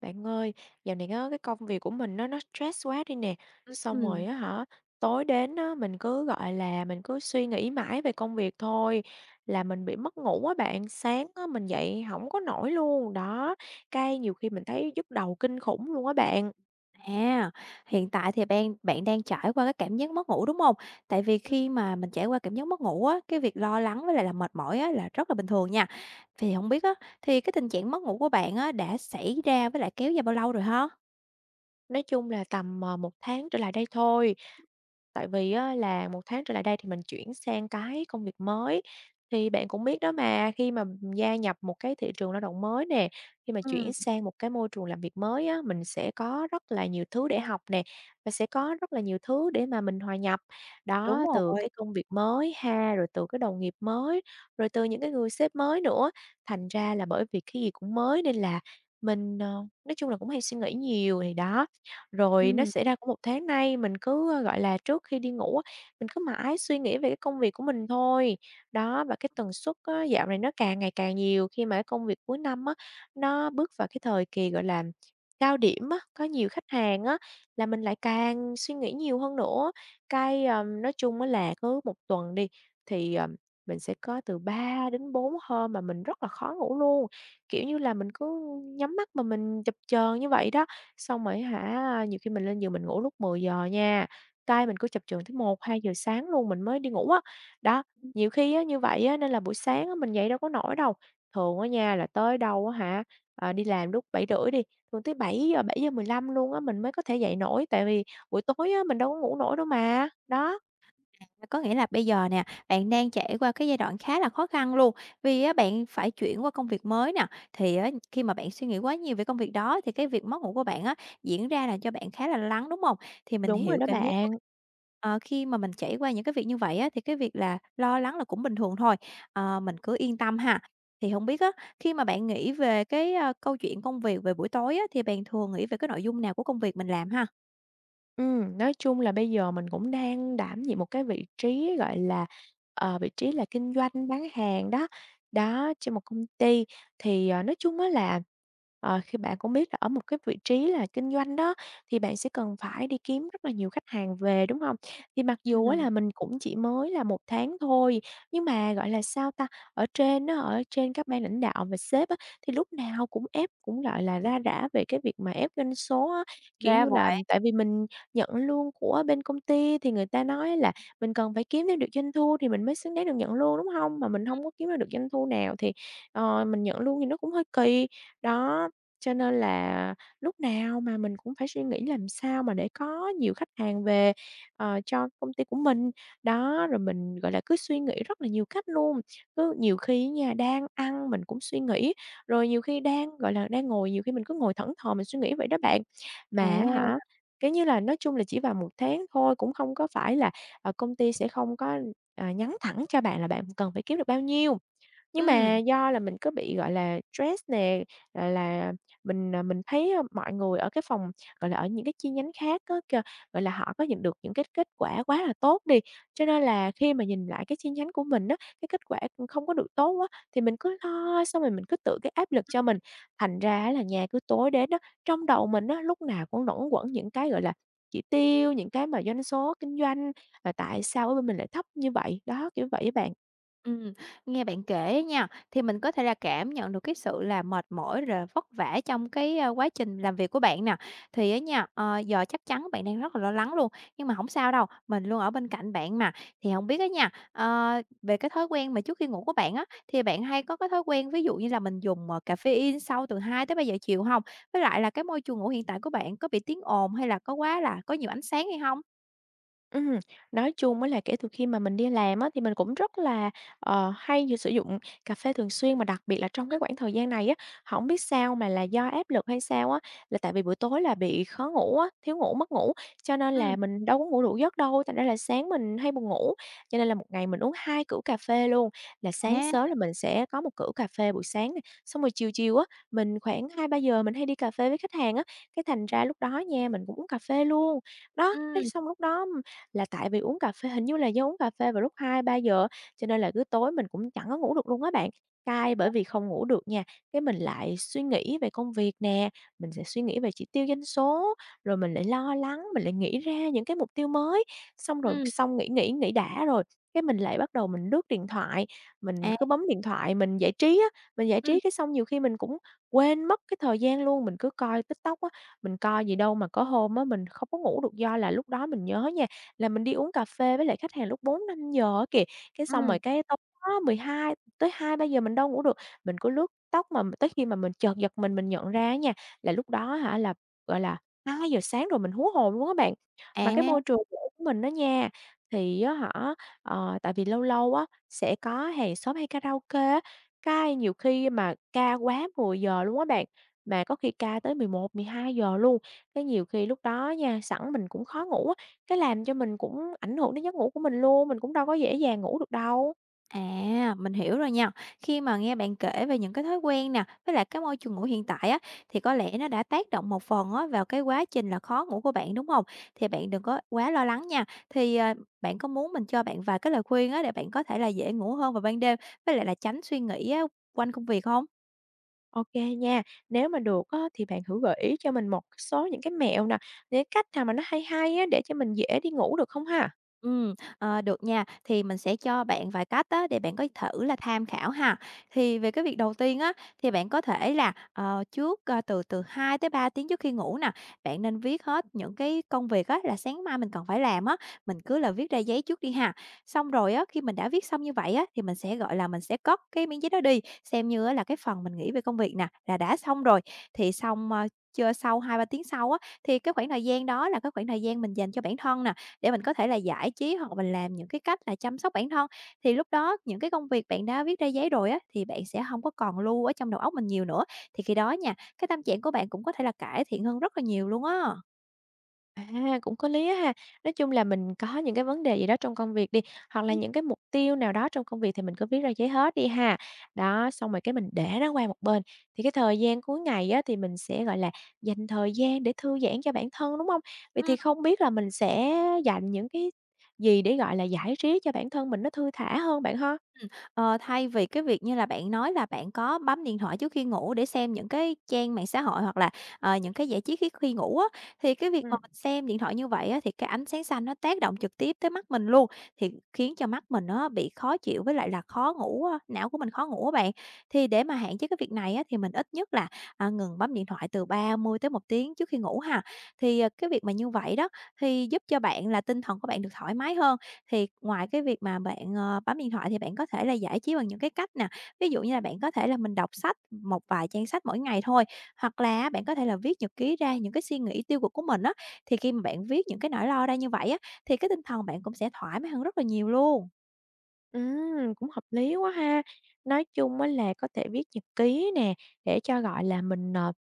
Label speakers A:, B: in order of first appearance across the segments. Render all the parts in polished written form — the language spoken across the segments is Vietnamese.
A: Bạn ơi, dạo này á, cái công việc của mình nó stress quá đi nè. Xong rồi
B: Ừm,
A: á hả, tối đến á, mình cứ gọi là mình cứ suy nghĩ mãi về công việc thôi là mình bị mất ngủ á bạn. Sáng á, mình dậy không có nổi luôn. Đó, cái nhiều khi mình thấy nhức đầu kinh khủng luôn á bạn.
B: à, hiện tại thì bạn đang trải qua cái cảm giác mất ngủ, đúng hông? Tại vì khi mà mình trải qua cảm giác mất ngủ á, cái việc lo lắng với lại là mệt mỏi á là rất là bình thường nha. Thì hổng biết á, thì cái tình trạng mất ngủ của bạn á đã xảy ra với lại kéo dài bao lâu rồi ha?
A: Nói chung là tầm, 1 tháng trở lại đây thôi. Tại vì á là một tháng trở lại đây thì mình chuyển sang cái công việc mới, thì bạn cũng biết đó mà, khi mà gia nhập một cái thị trường lao động mới nè, khi mà chuyển
B: Ừm,
A: sang một cái môi trường làm việc mới á, mình sẽ có rất là nhiều thứ để học nè, và sẽ có rất là nhiều thứ để mà mình hòa nhập.
B: đúng
A: Đó, từ
B: rồi.
A: cái công việc mới ha, rồi từ cái đồng nghiệp mới, rồi từ những cái người sếp mới nữa. Thành ra là bởi vì cái gì cũng mới nên là mình, nói chung là cũng hay suy nghĩ nhiều, thì đó, rồi nó
B: Ừm.
A: xảy ra cũng một tháng nay, mình cứ, gọi là, trước khi đi ngủ á, mình cứ mãi suy nghĩ về cái công việc của mình thôi. Đó, và cái tần suất á, dạo này nó càng ngày càng nhiều khi mà cái công việc cuối năm á, nó bước vào cái thời kỳ, gọi là, cao điểm á, có nhiều khách hàng á, là mình lại càng suy nghĩ nhiều hơn nữa. Cái, nói chung á là cứ một tuần đi, thì, mình sẽ có từ 3 đến 4 hôm mà mình rất là khó ngủ luôn, kiểu như là, mình cứ nhắm mắt mà mình chập chờn như vậy đó. Xong rồi hả, nhiều khi mình lên giường mình ngủ lúc 10 giờ nha, tay mình cứ chập chờn tới 1-2 giờ sáng luôn mình mới đi ngủ á. Đó, nhiều khi á như vậy á nên là buổi sáng á mình dậy đâu có nổi đâu. Thường ở nhà là tới đâu á hả, đi làm lúc 7 rưỡi đi, thường tới 7 giờ, 7 giờ 15 luôn á mình mới có thể dậy nổi, tại vì buổi tối á mình đâu có ngủ nổi đâu mà. Đó,
B: À, có nghĩa là bây giờ nè, bạn đang trải qua cái giai đoạn khá là khó khăn luôn, vì á bạn phải chuyển qua công việc mới nè, thì á khi mà bạn suy nghĩ quá nhiều về công việc đó thì cái việc mất ngủ của bạn á, diễn ra là cho bạn khá là lo lắng, đúng không? Thì mình
A: đúng rồi
B: hiểu
A: đó
B: cảm giác của
A: bạn.
B: bạn. Ờ, khi mà mình trải qua những cái việc như vậy á, thì cái việc là lo lắng là cũng bình thường thôi, mình cứ yên tâm ha. Thì không biết á, khi mà bạn nghĩ về cái, câu chuyện công việc về buổi tối á, thì bạn thường nghĩ về cái nội dung nào của công việc mình làm ha?
A: Nói chung là bây giờ mình cũng đang đảm nhiệm một cái vị trí, gọi là, vị trí là kinh doanh bán hàng đó, đó, trên một công ty. Thì, nói chung á là, khi bạn cũng biết là ở một cái vị trí là kinh doanh đó, thì bạn sẽ cần phải đi kiếm rất là nhiều khách hàng về, đúng không? Thì mặc dù á
B: Ừm,
A: là mình cũng chỉ mới là một tháng thôi, nhưng mà, gọi là, sao ta, ở trên á, ở trên các ban lãnh đạo và sếp á, thì lúc nào cũng ép cũng, gọi là, ra rả về cái việc mà ép doanh số á. Kiểu
B: ra
A: như là,
B: vậy.
A: tại vì mình nhận lương của bên công ty thì người ta nói là mình cần phải kiếm thêm được doanh thu thì mình mới xứng đáng được nhận lương, đúng không? Mà mình không có kiếm ra được doanh thu nào thì, mình nhận lương thì nó cũng hơi kỳ. Đó, cho nên là lúc nào mà mình cũng phải suy nghĩ làm sao mà để có nhiều khách hàng về, cho công ty của mình. Đó, rồi mình, gọi là, cứ suy nghĩ rất là nhiều cách luôn, cứ nhiều khi nhà đang ăn mình cũng suy nghĩ, rồi nhiều khi đang, gọi là, đang ngồi nhiều khi mình cứ ngồi thẫn thờ mình suy nghĩ vậy đó bạn. Mà
B: À,
A: hả. Kiểu như là, nói chung là chỉ vào một tháng thôi, cũng không có phải là, công ty sẽ không có, nhắn thẳng cho bạn là bạn cần phải kiếm được bao nhiêu. Nhưng mà
B: ừm.
A: do là mình cứ bị, gọi là, stress nè, rồi là mình, mình thấy, mọi người ở cái phòng, gọi là, ở những cái chi nhánh khác á kêu, gọi là, họ có nhận được những cái kết quả quá là tốt đi, cho nên là khi mà nhìn lại cái chi nhánh của mình á, cái kết quả cũng không có được tốt á, thì mình cứ lo, xong rồi mình cứ tự cái áp lực cho mình. Thành ra là nhà cứ tối đến đó trong đầu mình á, lúc nào cũng luẩn quẩn những cái, gọi là, chỉ tiêu, những cái mà doanh số kinh doanh, là tại sao ở bên mình lại thấp như vậy? Đó, kiểu vậy á bạn.
B: Ừm, nghe bạn kể nha, thì mình có thể là cảm nhận được cái sự là mệt mỏi rồi vất vả trong cái, quá trình làm việc của bạn nè. Thì á nha, giờ chắc chắn bạn đang rất là lo lắng luôn, nhưng mà không sao đâu, mình luôn ở bên cạnh bạn mà. Thì không biết á nha, về cái thói quen mà trước khi ngủ của bạn á, thì bạn hay có cái thói quen ví dụ như là mình dùng, caffeine sau từ 200 giờ chiều không? Với lại là cái môi trường ngủ hiện tại của bạn có bị tiếng ồn hay là có quá là có nhiều ánh sáng hay không?
A: Ừm, nói chung á là kể từ khi mà mình đi làm á, thì mình cũng rất là, hay sử dụng cà phê thường xuyên, mà đặc biệt là trong cái khoảng thời gian này á, không biết sao mà là do áp lực hay sao á, là tại vì buổi tối là bị khó ngủ á, thiếu ngủ, mất ngủ, cho nên
B: Ừm,
A: là
B: ừm.
A: mình đâu có ngủ đủ giấc đâu, thành ra là sáng mình hay buồn ngủ. Cho nên là một ngày mình uống 2 cữ cà phê luôn, là sáng
B: À,
A: sớm là mình sẽ có một cữ cà phê buổi sáng nè, xong rồi chiều chiều á, mình khoảng 2-3 giờ mình hay đi cà phê với khách hàng á, cái thành ra lúc đó nha, mình cũng uống cà phê luôn. Đó, cái
B: ừm.
A: xong lúc đó là tại vì uống cà phê hình như là do uống cà phê vào lúc 2-3 giờ, cho nên là cứ tối mình cũng chẳng có ngủ được luôn á bạn. Cay
B: Ờ.
A: bởi vì không ngủ được nha, cái mình lại suy nghĩ về công việc nè, mình sẽ suy nghĩ về chỉ tiêu doanh số, rồi mình lại lo lắng, mình lại nghĩ ra những cái mục tiêu mới, xong rồi
B: Ừm,
A: xong nghĩ nghĩ nghĩ đã rồi, cái mình lại bắt đầu mình lướt điện thoại, mình
B: à,
A: cứ bấm điện thoại mình giải trí á, mình giải
B: ừm,
A: trí cái xong nhiều khi mình cũng quên mất cái thời gian luôn, mình cứ coi TikTok á, mình coi gì đâu mà có hôm á mình không có ngủ được do là lúc đó mình nhớ nha là mình đi uống cà phê với lại khách hàng lúc 4:00-5:00 á kìa, cái xong rồi
B: ừm,
A: cái tối đó 12 tới 200 giờ mình đâu ngủ được, mình cứ lướt tóc mà tới khi mà mình chợt giật mình nhận ra á nha, là lúc đó hả là, gọi là, 2 giờ sáng rồi, mình hú hồn luôn á bạn. Mà cái môi
B: à.
A: trường của mình á nha, thì á hả, tại vì lâu lâu á, sẽ có hàng xóm hay karaoke á, cái nhiều khi mà ca quá 10:00 luôn á bạn, mà có khi ca tới 10, 11, 12 giờ luôn, cái nhiều khi lúc đó nha, sẵn mình cũng khó ngủ á cái làm cho mình cũng ảnh hưởng đến giấc ngủ của mình luôn, mình cũng đâu có dễ dàng ngủ được đâu.
B: À, mình hiểu rồi nha. Khi mà nghe bạn kể về những cái thói quen nè, với lại cái môi trường ngủ hiện tại á, thì có lẽ nó đã tác động một phần á vào cái quá trình là khó ngủ của bạn, đúng không? Thì bạn đừng có quá lo lắng nha. Thì, bạn có muốn mình cho bạn vài cái lời khuyên á để bạn có thể là dễ ngủ hơn vào ban đêm, với lại là tránh suy nghĩ á quanh công việc không?
A: OK nha, nếu mà được á thì bạn thử gợi ý cho mình một số những cái mẹo nè, những cái cách nào mà nó hay hay á để cho mình dễ đi ngủ được không ha?
B: Ờ, được nha. Thì mình sẽ cho bạn vài cách á, để bạn có thử là tham khảo ha. Thì về cái việc đầu tiên á, thì bạn có thể là, trước, từ từ 2 tới 3 tiếng trước khi ngủ nè, bạn nên viết hết những cái công việc á, là sáng mai mình cần phải làm á, mình cứ là viết ra giấy trước đi ha. Xong rồi á, khi mình đã viết xong như vậy á, thì mình sẽ, gọi là, mình sẽ cất cái miếng giấy đó đi, xem như á, là cái phần mình nghĩ về công việc nè, là đã xong rồi. Thì xong, chưa sau hai ba tiếng sau á, thì cái khoảng thời gian đó là cái khoảng thời gian mình dành cho bản thân nè, để mình có thể là giải trí hoặc mình làm những cái cách là chăm sóc bản thân, thì lúc đó những cái công việc bạn đã viết ra giấy rồi á, thì bạn sẽ không có còn lưu ở trong đầu óc mình nhiều nữa. Thì khi đó nha, cái tâm trạng của bạn cũng có thể là cải thiện hơn rất là nhiều luôn á.
A: À, cũng có lý á ha. Nói chung là mình có những cái vấn đề gì đó trong công việc đi, hoặc là những cái mục tiêu nào đó trong công việc thì mình cứ viết ra giấy hết đi ha. Đó, xong rồi cái mình để nó qua một bên. Thì cái thời gian cuối ngày á, thì mình sẽ, gọi là, dành thời gian để thư giãn cho bản thân, đúng không? Vậy thì không biết là mình sẽ dành những cái gì để, gọi là, giải trí cho bản thân mình nó thư thả hơn bạn ha?
B: Ừm, thay vì cái việc như là bạn nói là bạn có bấm điện thoại trước khi ngủ để xem những cái trang mạng xã hội hoặc là, những cái giải trí khi khi ngủ á, thì cái việc mà mình xem điện thoại như vậy á, thì cái ánh sáng xanh nó tác động trực tiếp tới mắt mình luôn, thì khiến cho mắt mình nó bị khó chịu với lại là khó ngủ á, não của mình khó ngủ á bạn. Thì để mà hạn chế cái việc này á, thì mình ít nhất là, ngừng bấm điện thoại từ 30 tới một tiếng trước khi ngủ ha. Thì, cái việc mà như vậy đó, thì giúp cho bạn là tinh thần của bạn được thoải mái hơn. Thì ngoài cái việc mà bạn, bấm điện thoại thì bạn có thể là giải trí bằng những cái cách nè, ví dụ như là bạn có thể là mình đọc sách một vài trang sách mỗi ngày thôi, hoặc là bạn có thể là viết nhật ký ra những cái suy nghĩ tiêu cực của mình á, thì khi mà bạn viết những cái nỗi lo ra như vậy á, thì cái tinh thần bạn cũng sẽ thoải mái hơn rất là nhiều luôn.
A: Cũng hợp lý quá ha. Nói chung á là có thể viết nhật ký nè, để cho, gọi là, mình,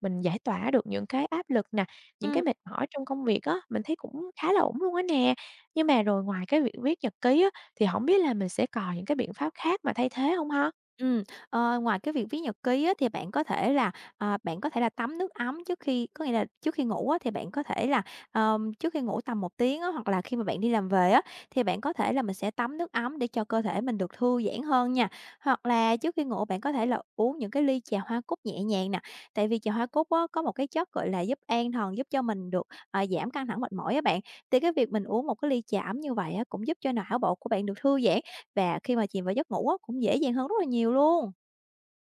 A: mình giải tỏa được những cái áp lực nè, những cái
B: Ừm.
A: mệt mỏi trong công việc á, mình thấy cũng khá là ổn luôn á nè. Nhưng mà rồi ngoài cái việc viết nhật ký á, thì không biết là mình sẽ còn những cái biện pháp khác mà thay thế không ha?
B: Ừm, ngoài cái việc viết nhật ký á, thì bạn có thể là, bạn có thể là tắm nước ấm trước khi có nghĩa là trước khi ngủ á, thì bạn có thể là, trước khi ngủ tầm một tiếng á, hoặc là khi mà bạn đi làm về á, thì bạn có thể là mình sẽ tắm nước ấm để cho cơ thể mình được thư giãn hơn nha. Hoặc là trước khi ngủ bạn có thể là uống những cái ly trà hoa cúc nhẹ nhàng nè, tại vì trà hoa cúc á, có một cái chất, gọi là, giúp an thần, giúp cho mình được, giảm căng thẳng mệt mỏi á bạn. Thì cái việc mình uống một cái ly trà ấm như vậy á, cũng giúp cho não bộ của bạn được thư giãn và khi mà chìm vào giấc ngủ á, cũng dễ dàng hơn rất là nhiều luôn.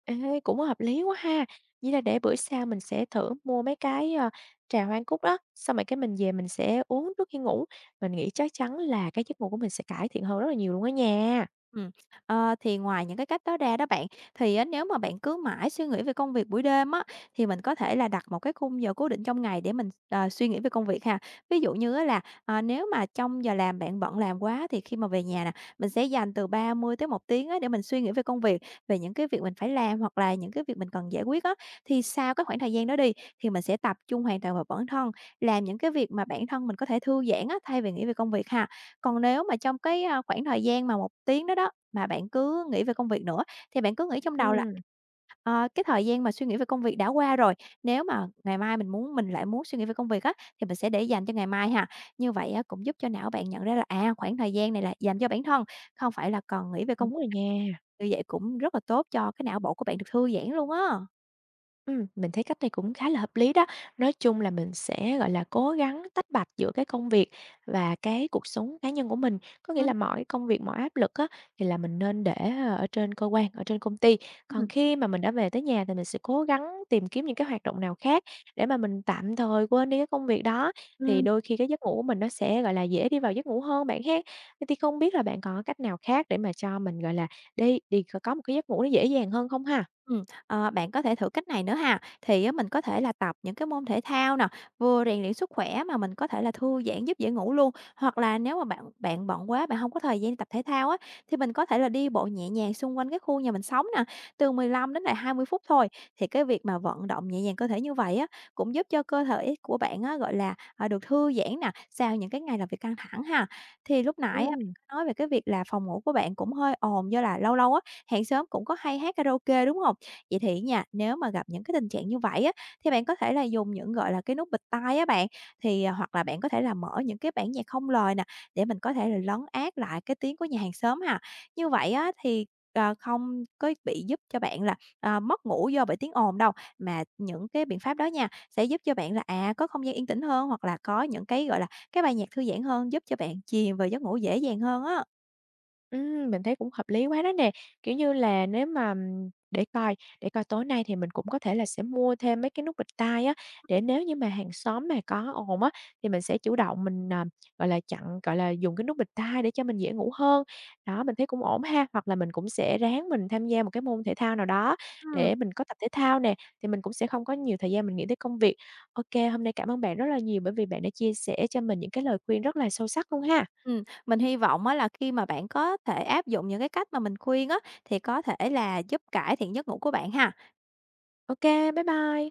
A: Ê, cũng hợp lý quá ha. Vậy là để bữa sau mình sẽ thử mua mấy cái, trà hoa cúc đó, xong rồi cái mình về mình sẽ uống trước khi ngủ. Mình nghĩ chắc chắn là cái giấc ngủ của mình sẽ cải thiện hơn rất là nhiều luôn á nha.
B: Ừm, thì ngoài những cái cách đó ra đó bạn, thì á nếu mà bạn cứ mãi suy nghĩ về công việc buổi đêm á, thì mình có thể là đặt một cái khung giờ cố định trong ngày để mình, suy nghĩ về công việc ha. Ví dụ như á là, nếu mà trong giờ làm bạn bận làm quá thì khi mà về nhà nè, mình sẽ dành từ 30 tới một tiếng á để mình suy nghĩ về công việc, về những cái việc mình phải làm hoặc là những cái việc mình cần giải quyết á. Thì sau cái khoảng thời gian đó đi, thì mình sẽ tập trung hoàn toàn vào bản thân, làm những cái việc mà bản thân mình có thể thư giãn á, thay vì nghĩ về công việc ha. Còn nếu mà trong cái, khoảng thời gian mà một tiếng đó đó, mà bạn cứ nghĩ về công việc nữa, thì bạn cứ nghĩ trong đầu là,
A: Ừm.
B: cái thời gian mà suy nghĩ về công việc đã qua rồi, nếu mà ngày mai mình muốn mình lại muốn suy nghĩ về công việc á, thì mình sẽ để dành cho ngày mai ha. Như vậy á, cũng giúp cho não bạn nhận ra là, khoảng thời gian này là dành cho bản thân, không phải là còn nghĩ về
A: Đúng
B: công việc.
A: rồi nha.
B: Như vậy cũng rất là tốt cho cái não bộ của bạn được thư giãn luôn á.
A: Mình thấy cách này cũng khá là hợp lý đó. Nói chung là mình sẽ, gọi là, cố gắng tách bạch giữa cái công việc và cái cuộc sống cá nhân của mình. Có nghĩa là
B: Ừm,
A: mọi công việc, mọi áp lực á, thì là mình nên để, ở trên cơ quan, ở trên công ty. Còn
B: ừm.
A: khi mà mình đã về tới nhà thì mình sẽ cố gắng tìm kiếm những cái hoạt động nào khác để mà mình tạm thời quên đi cái công việc đó, thì đôi khi cái giấc ngủ của mình nó sẽ, gọi là, dễ đi vào giấc ngủ hơn bạn ha. Vậy thì không biết là bạn còn có cách nào khác để mà cho mình, gọi là, đi đi có một cái giấc ngủ nó dễ dàng hơn không ha?
B: Ừm, bạn có thể thử cách này nữa ha. Thì á mình có thể là tập những cái môn thể thao nè, vừa rèn luyện sức khỏe mà mình có thể là thư giãn giúp dễ ngủ luôn. Hoặc là nếu mà bạn bạn bận quá, bạn không có thời gian đi tập thể thao á, thì mình có thể là đi bộ nhẹ nhàng xung quanh cái khu nhà mình sống nè, từ 15 đến lại 20 phút thôi. Thì cái việc mà vận động nhẹ nhàng cơ thể như vậy á, cũng giúp cho cơ thể của bạn á, gọi là, được thư giãn nè, sau những cái ngày làm việc căng thẳng ha. Thì lúc nãy á, bạn
A: Ừm.
B: có nói về cái việc là phòng ngủ của bạn cũng hơi ồn do là lâu lâu á, hàng xóm cũng có hay hát karaoke, đúng không? Vậy thì nha, nếu mà gặp những cái tình trạng như vậy á, thì bạn có thể là dùng những, gọi là, cái nút bịt tai á bạn, thì, hoặc là bạn có thể là mở những cái bản nhạc không lời nè, để mình có thể là lấn át lại cái tiếng của nhà hàng xóm ha. Như vậy á, thì, không có bị giúp cho bạn là, mất ngủ do bởi tiếng ồn đâu, mà những cái biện pháp đó nha, sẽ giúp cho bạn là, có không gian yên tĩnh hơn, hoặc là có những cái, gọi là, cái bài nhạc thư giãn hơn, giúp cho bạn chìm vào giấc ngủ dễ dàng hơn á.
A: Mình thấy cũng hợp lý quá đó nè. Kiểu như là, nếu mà để coi tối nay thì mình cũng có thể là sẽ mua thêm mấy cái nút bịt tai á, để nếu như mà hàng xóm mà có ồn á, thì mình sẽ chủ động mình, gọi là, chặn gọi là, dùng cái nút bịt tai để cho mình dễ ngủ hơn. Đó, mình thấy cũng ổn ha. Hoặc là mình cũng sẽ ráng mình tham gia một cái môn thể thao nào đó
B: Ừ.
A: để mình có tập thể thao nè, thì mình cũng sẽ không có nhiều thời gian mình nghĩ tới công việc. OK, hôm nay cảm ơn bạn rất là nhiều bởi vì bạn đã chia sẻ cho mình những cái lời khuyên rất là sâu sắc luôn ha.
B: Mình hy vọng á là khi mà bạn có thể áp dụng những cái cách mà mình khuyên á, thì có thể là giúp cải thiện giấc ngủ của bạn ha.
A: OK, bye bye.